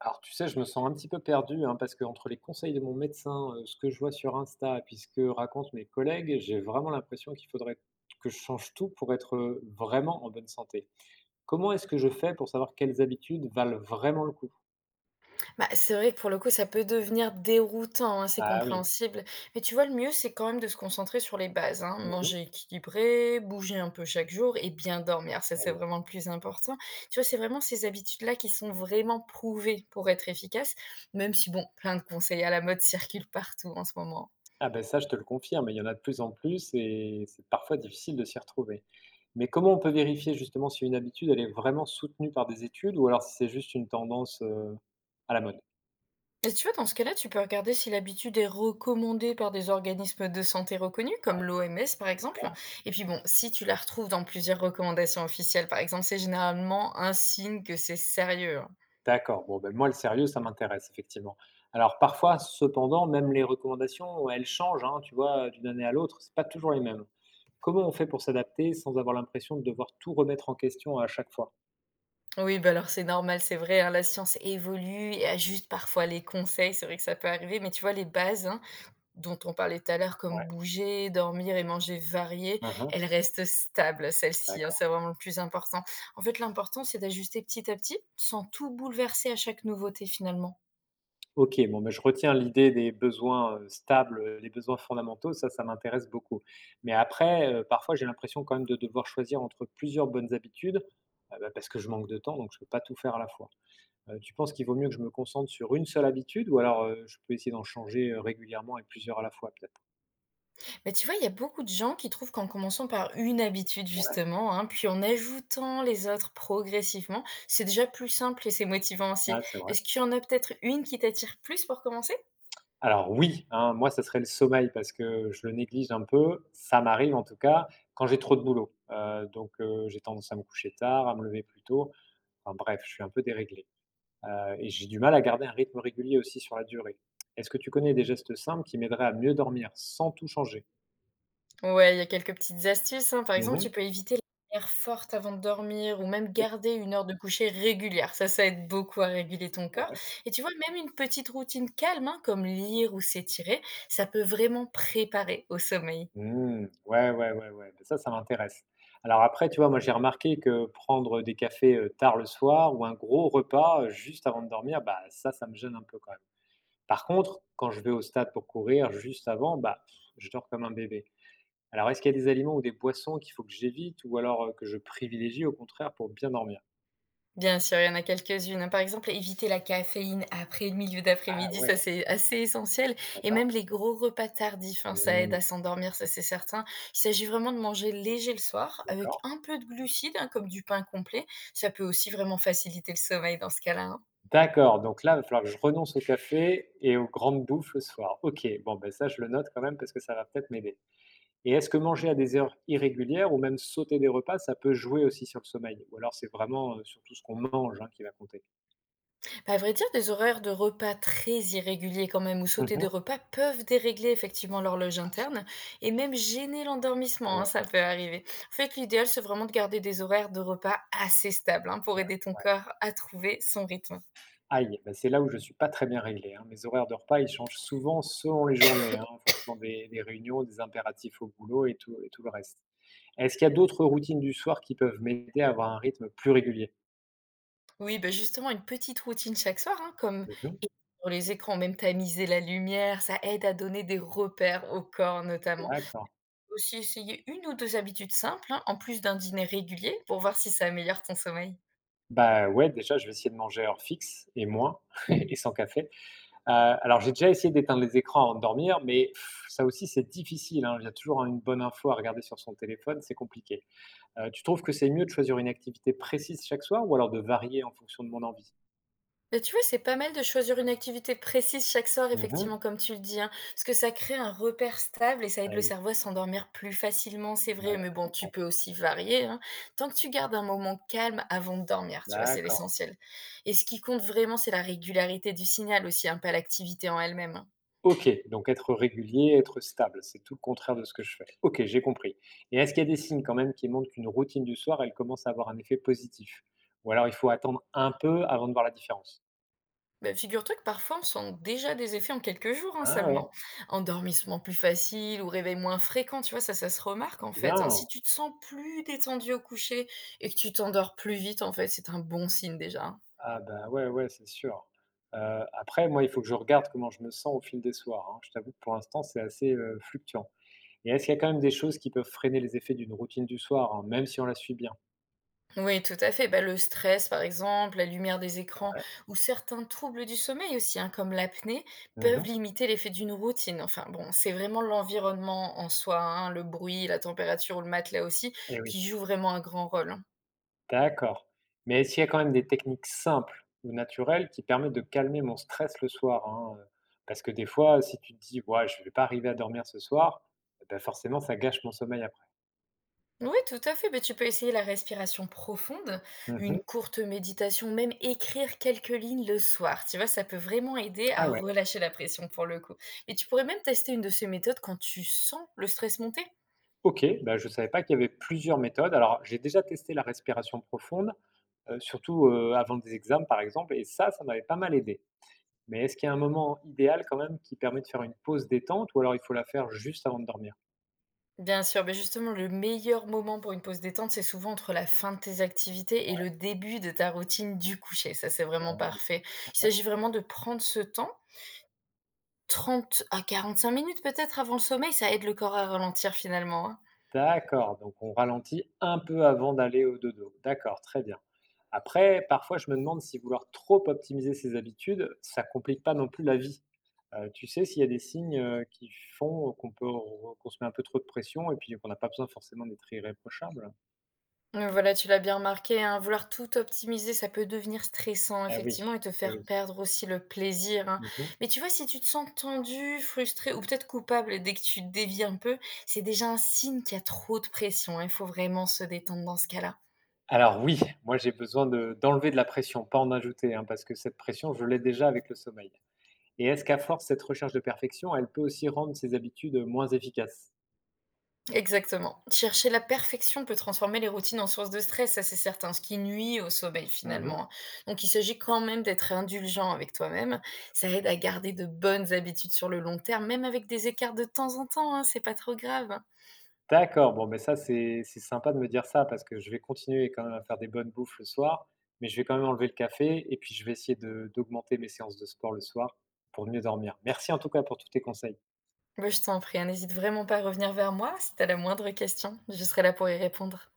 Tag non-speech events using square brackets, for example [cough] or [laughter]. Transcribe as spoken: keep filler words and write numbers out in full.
Alors tu sais, je me sens un petit peu perdu, hein, parce que entre les conseils de mon médecin, heu, ce que je vois sur Insta et puis ce que racontent mes collègues, j'ai vraiment l'impression qu'il faudrait que je change tout pour être, heu, vraiment en bonne santé. Comment est-ce que je fais pour savoir quelles habitudes valent vraiment le coup? Bah, c'est vrai que pour le coup, ça peut devenir déroutant, hein, c'est Ah oui, compréhensible. Mais tu vois, le mieux, c'est quand même de se concentrer sur les bases, hein. eh bien, Manger équilibré, bouger un peu chaque jour et bien dormir. Ça, ah c'est oui. vraiment le plus important. Tu vois, c'est vraiment ces habitudes-là qui sont vraiment prouvées pour être efficaces, même si, bon, plein de conseils à la mode circulent partout en ce moment. Hein. Ah beh, ça je te le confirme, il y en a de plus en plus et c'est parfois difficile de s'y retrouver. Mais comment on peut vérifier justement si une habitude, elle est vraiment soutenue par des études ou alors si c'est juste une tendance, heu, à la mode? Et tu vois, dans ce cas-là, tu peux regarder si l'habitude est recommandée par des organismes de santé reconnus, comme l'O M S par exemple. Et puis bon, si tu la retrouves dans plusieurs recommandations officielles, par exemple, c'est généralement un signe que c'est sérieux. Hein. D'accord. Bon, ben, moi, le sérieux, ça m'intéresse, effectivement. Alors, parfois, cependant, même les recommandations, elles changent, hein, tu vois, d'une année à l'autre, c'est pas toujours les mêmes. Comment on fait pour s'adapter sans avoir l'impression de devoir tout remettre en question à chaque fois? Oui, bah alors c'est normal, c'est vrai, hein, la science évolue et ajuste parfois les conseils, c'est vrai que ça peut arriver, mais tu vois, les bases, hein, dont on parlait tout à l'heure, comme Ouais. bouger, dormir et manger varié, Hein, hein. elle reste stable, celle-ci, hein, D'accord. c'est vraiment le plus important. En fait, l'important, c'est d'ajuster petit à petit, sans tout bouleverser à chaque nouveauté finalement. Ok, bon, ben, je retiens l'idée des besoins euh, stables, euh, les besoins fondamentaux, ça, ça m'intéresse beaucoup. Mais après, euh, parfois, j'ai l'impression quand même de devoir choisir entre plusieurs bonnes habitudes, euh, bah, parce que je manque de temps, donc je peux pas tout faire à la fois. Heu, tu penses qu'il vaut mieux que je me concentre sur une seule habitude ou alors, heu, je peux essayer d'en changer, heu, régulièrement et plusieurs à la fois peut-être? Mais tu vois, il y a beaucoup de gens qui trouvent qu'en commençant par une habitude Ouais. justement, hein, puis en ajoutant les autres progressivement, c'est déjà plus simple et c'est motivant aussi. Ouais, c'est vrai. Est-ce qu'il y en a peut-être une qui t'attire plus pour commencer? Alors oui, hein, moi ça serait le sommeil parce que je le néglige un peu. Ça m'arrive en tout cas quand j'ai trop de boulot, heu, donc heu, j'ai tendance à me coucher tard, à me lever plus tôt. Enfin bref, je suis un peu déréglé, heu et j'ai du mal à garder un rythme régulier aussi sur la durée. Est-ce que tu connais des gestes simples qui m'aideraient à mieux dormir sans tout changer? Ouais, il y a quelques petites astuces, hein. Par exemple, Mmh. tu peux éviter les lumières fortes avant de dormir ou même OK. garder une heure de coucher régulière. Ça, ça aide beaucoup à réguler ton corps. Ouais. Et tu vois, même une petite routine calme, hein, comme lire ou s'étirer, ça peut vraiment préparer au sommeil. Mmh. Ouais, ouais, ouais, ouais. Bah, ça, ça m'intéresse. Alors après, tu vois, moi, j'ai remarqué que prendre des cafés, heu, tard le soir ou un gros repas, heu, juste avant de dormir, bah, ça, ça me gêne un peu quand même. Par contre, quand je vais au stade pour courir juste avant, bah, pff, je dors comme un bébé. Alors est-ce qu'il y a des aliments ou des boissons qu'il faut que j'évite ou alors, heu, que je privilégie au contraire pour bien dormir? Bien sûr, il y en a quelques-unes. Par exemple, éviter la caféine après le milieu Ah d'après-midi, ça ouais, c'est assez essentiel. Et d'accord. même les gros repas tardifs, hein, ça aide Mmh, à s'endormir, ça c'est certain. Il s'agit vraiment de manger léger le soir, avec d'accord. un peu de glucides, hein, comme du pain complet. Ça peut aussi vraiment faciliter le sommeil dans ce cas-là. Hein. D'accord, donc là, il va falloir que je renonce au café et aux grandes bouffes le soir. OK, bon, ben ça, je le note quand même parce que ça va peut-être m'aider. Et est-ce que manger à des heures irrégulières ou même sauter des repas, ça peut jouer aussi sur le sommeil? Ou alors c'est vraiment, heu, surtout ce qu'on mange, hein, qui va compter? À vrai dire, des horaires de repas très irréguliers quand même, ou Mmh sauter mh. des repas peuvent dérégler effectivement l'horloge interne et même gêner l'endormissement, hein, Ouais, ça peut arriver. En fait, l'idéal, c'est vraiment de garder des horaires de repas assez stables hein, pour aider ton ouais. corps à trouver son rythme. Aïe, bah, c'est là où je suis pas très bien réglé, hein. Mes horaires de repas, ils changent souvent selon les journées, hein, en fonction des des réunions, des impératifs au boulot et tout et tout le reste. Est-ce qu'il y a d'autres routines du soir qui peuvent m'aider à avoir un rythme plus régulier? Oui, bah justement, une petite routine chaque soir, hein, comme Mmh. sur les écrans, même tamiser la lumière, ça aide à donner des repères au corps notamment. D'accord. Aussi, essayer une ou deux habitudes simples, hein, en plus d'un dîner régulier, pour voir si ça améliore ton sommeil. Bah, ouais, déjà, je vais essayer de manger à heure fixe et moins [laughs] et sans café. Euh, alors, j'ai déjà essayé d'éteindre les écrans avant de dormir, mais pff, ça aussi, c'est difficile, hein. Il y a toujours une bonne info à regarder sur son téléphone, c'est compliqué. Euh, tu trouves que c'est mieux de choisir une activité précise chaque soir ou alors de varier en fonction de mon envie? Bah, tu vois, c'est pas mal de choisir une activité précise chaque soir, Mhm. effectivement, comme tu le dis, hein, parce que ça crée un repère stable et ça Ah aide le oui, cerveau à s'endormir plus facilement, c'est ouais, vrai, mais je bon, tu comprends. peux aussi varier, hein, tant que tu gardes un moment calme avant de dormir, tu vois, c'est D'accord. l'essentiel. Et ce qui compte vraiment, c'est la régularité du signal aussi, hein, pas l'activité en elle-même. Hein. Ok, donc être régulier, être stable, c'est tout le contraire de ce que je fais. Ok, j'ai compris. Et est-ce qu'il y a des signes quand même qui montrent qu'une routine du soir, elle commence à avoir un effet positif? Ou alors il faut attendre un peu avant de voir la différence? Bah, figure-toi que parfois on sent déjà des effets en quelques jours hein, Ah ouais, seulement. Endormissement plus facile ou réveil moins fréquent, tu vois, ça, ça se remarque en fait. Hein. bien. Si tu te sens plus détendu au coucher et que tu t'endors plus vite, en fait, c'est un bon signe déjà. Hein. Ah bah, ouais, ouais, c'est sûr. Heu, après moi, il faut que je regarde comment je me sens au fil des soirs, hein. Je t'avoue que pour l'instant, c'est assez, heu, fluctuant. Et est-ce qu'il y a quand même des choses qui peuvent freiner les effets d'une routine du soir, hein, même si on la suit bien? Oui, tout à fait. Bah, le stress, par exemple, la lumière des écrans Ouais. ou certains troubles du sommeil aussi, hein, comme l'apnée, Mmh peuvent mh. limiter l'effet d'une routine. Enfin bon, c'est vraiment l'environnement en soi, hein, le bruit, la température ou le matelas aussi, Et oui, qui joue vraiment un grand rôle. Hein. d'accord. Mais est-ce qu'il y a quand même des techniques simples ou naturelles qui permettent de calmer mon stress le soir, hein, heu? Parce que des fois, si tu te dis: «Ouais, je ne vais pas arriver à dormir ce soir», et bah, forcément ça gâche mon sommeil après. Oui, tout à fait. Mais tu peux essayer la respiration profonde, une Mmh. courte méditation, même écrire quelques lignes le soir. Tu vois, ça peut vraiment aider Ah à ouais. relâcher la pression pour le coup. Et tu pourrais même tester une de ces méthodes quand tu sens le stress monter. OK, bah, je ne savais pas qu'il y avait plusieurs méthodes. Alors, j'ai déjà testé la respiration profonde, heu, surtout, heu, avant des examens, par exemple, et ça, ça m'avait pas mal aidé. Mais est-ce qu'il y a un moment idéal quand même qui permet de faire une pause détente ou alors il faut la faire juste avant de dormir? Bien sûr, mais justement, le meilleur moment pour une pause détente, c'est souvent entre la fin de tes activités et le début de ta routine du coucher. Ça, c'est vraiment parfait. Il OK. s'agit vraiment de prendre ce temps, trente à quarante-cinq minutes peut-être avant le sommeil, ça aide le corps à ralentir finalement. Hein. D'accord, donc on ralentit un peu avant d'aller au dodo. D'accord, très bien. Après, parfois, je me demande si vouloir trop optimiser ses habitudes, ça complique pas non plus la vie. Heu, tu sais s'il y a des signes, heu, qui font qu'on peut qu'on se met un peu trop de pression et puis qu'on n'a pas besoin forcément d'être irréprochable? Heu, voilà, tu l'as bien remarqué, hein, vouloir tout optimiser, ça peut devenir stressant Eh oui, effectivement et te eh faire oui. perdre aussi le plaisir, hein. Mmh. Mais tu vois, si tu te sens tendu, frustré ou peut-être coupable dès que tu dévies un peu, c'est déjà un signe qu'il y a trop de pression, hein, il faut vraiment se détendre dans ce cas-là. Alors oui, moi j'ai besoin de d'enlever de la pression, pas en ajouter, hein, parce que cette pression, je l'ai déjà avec le sommeil. Et est-ce qu'à force, cette recherche de perfection, elle peut aussi rendre ses habitudes, moins efficaces? Exactement. Chercher la perfection peut transformer les routines en source de stress, ça c'est certain, ce qui nuit au sommeil Mmh. finalement. Donc il s'agit quand même d'être indulgent avec toi-même. Ça aide à garder de bonnes habitudes sur le long terme, même avec des écarts de temps en temps, hein, c'est pas trop grave. D'accord, bon, mais ça, c'est c'est sympa de me dire ça parce que je vais continuer quand même à faire des bonnes bouffes le soir, mais je vais quand même enlever le café et puis je vais essayer de d'augmenter mes séances de sport le soir pour mieux dormir. Merci en tout cas pour tous tes conseils. Bah, je t'en prie, hein, n'hésite vraiment pas à revenir vers moi si t'as la moindre question. Je serai là pour y répondre.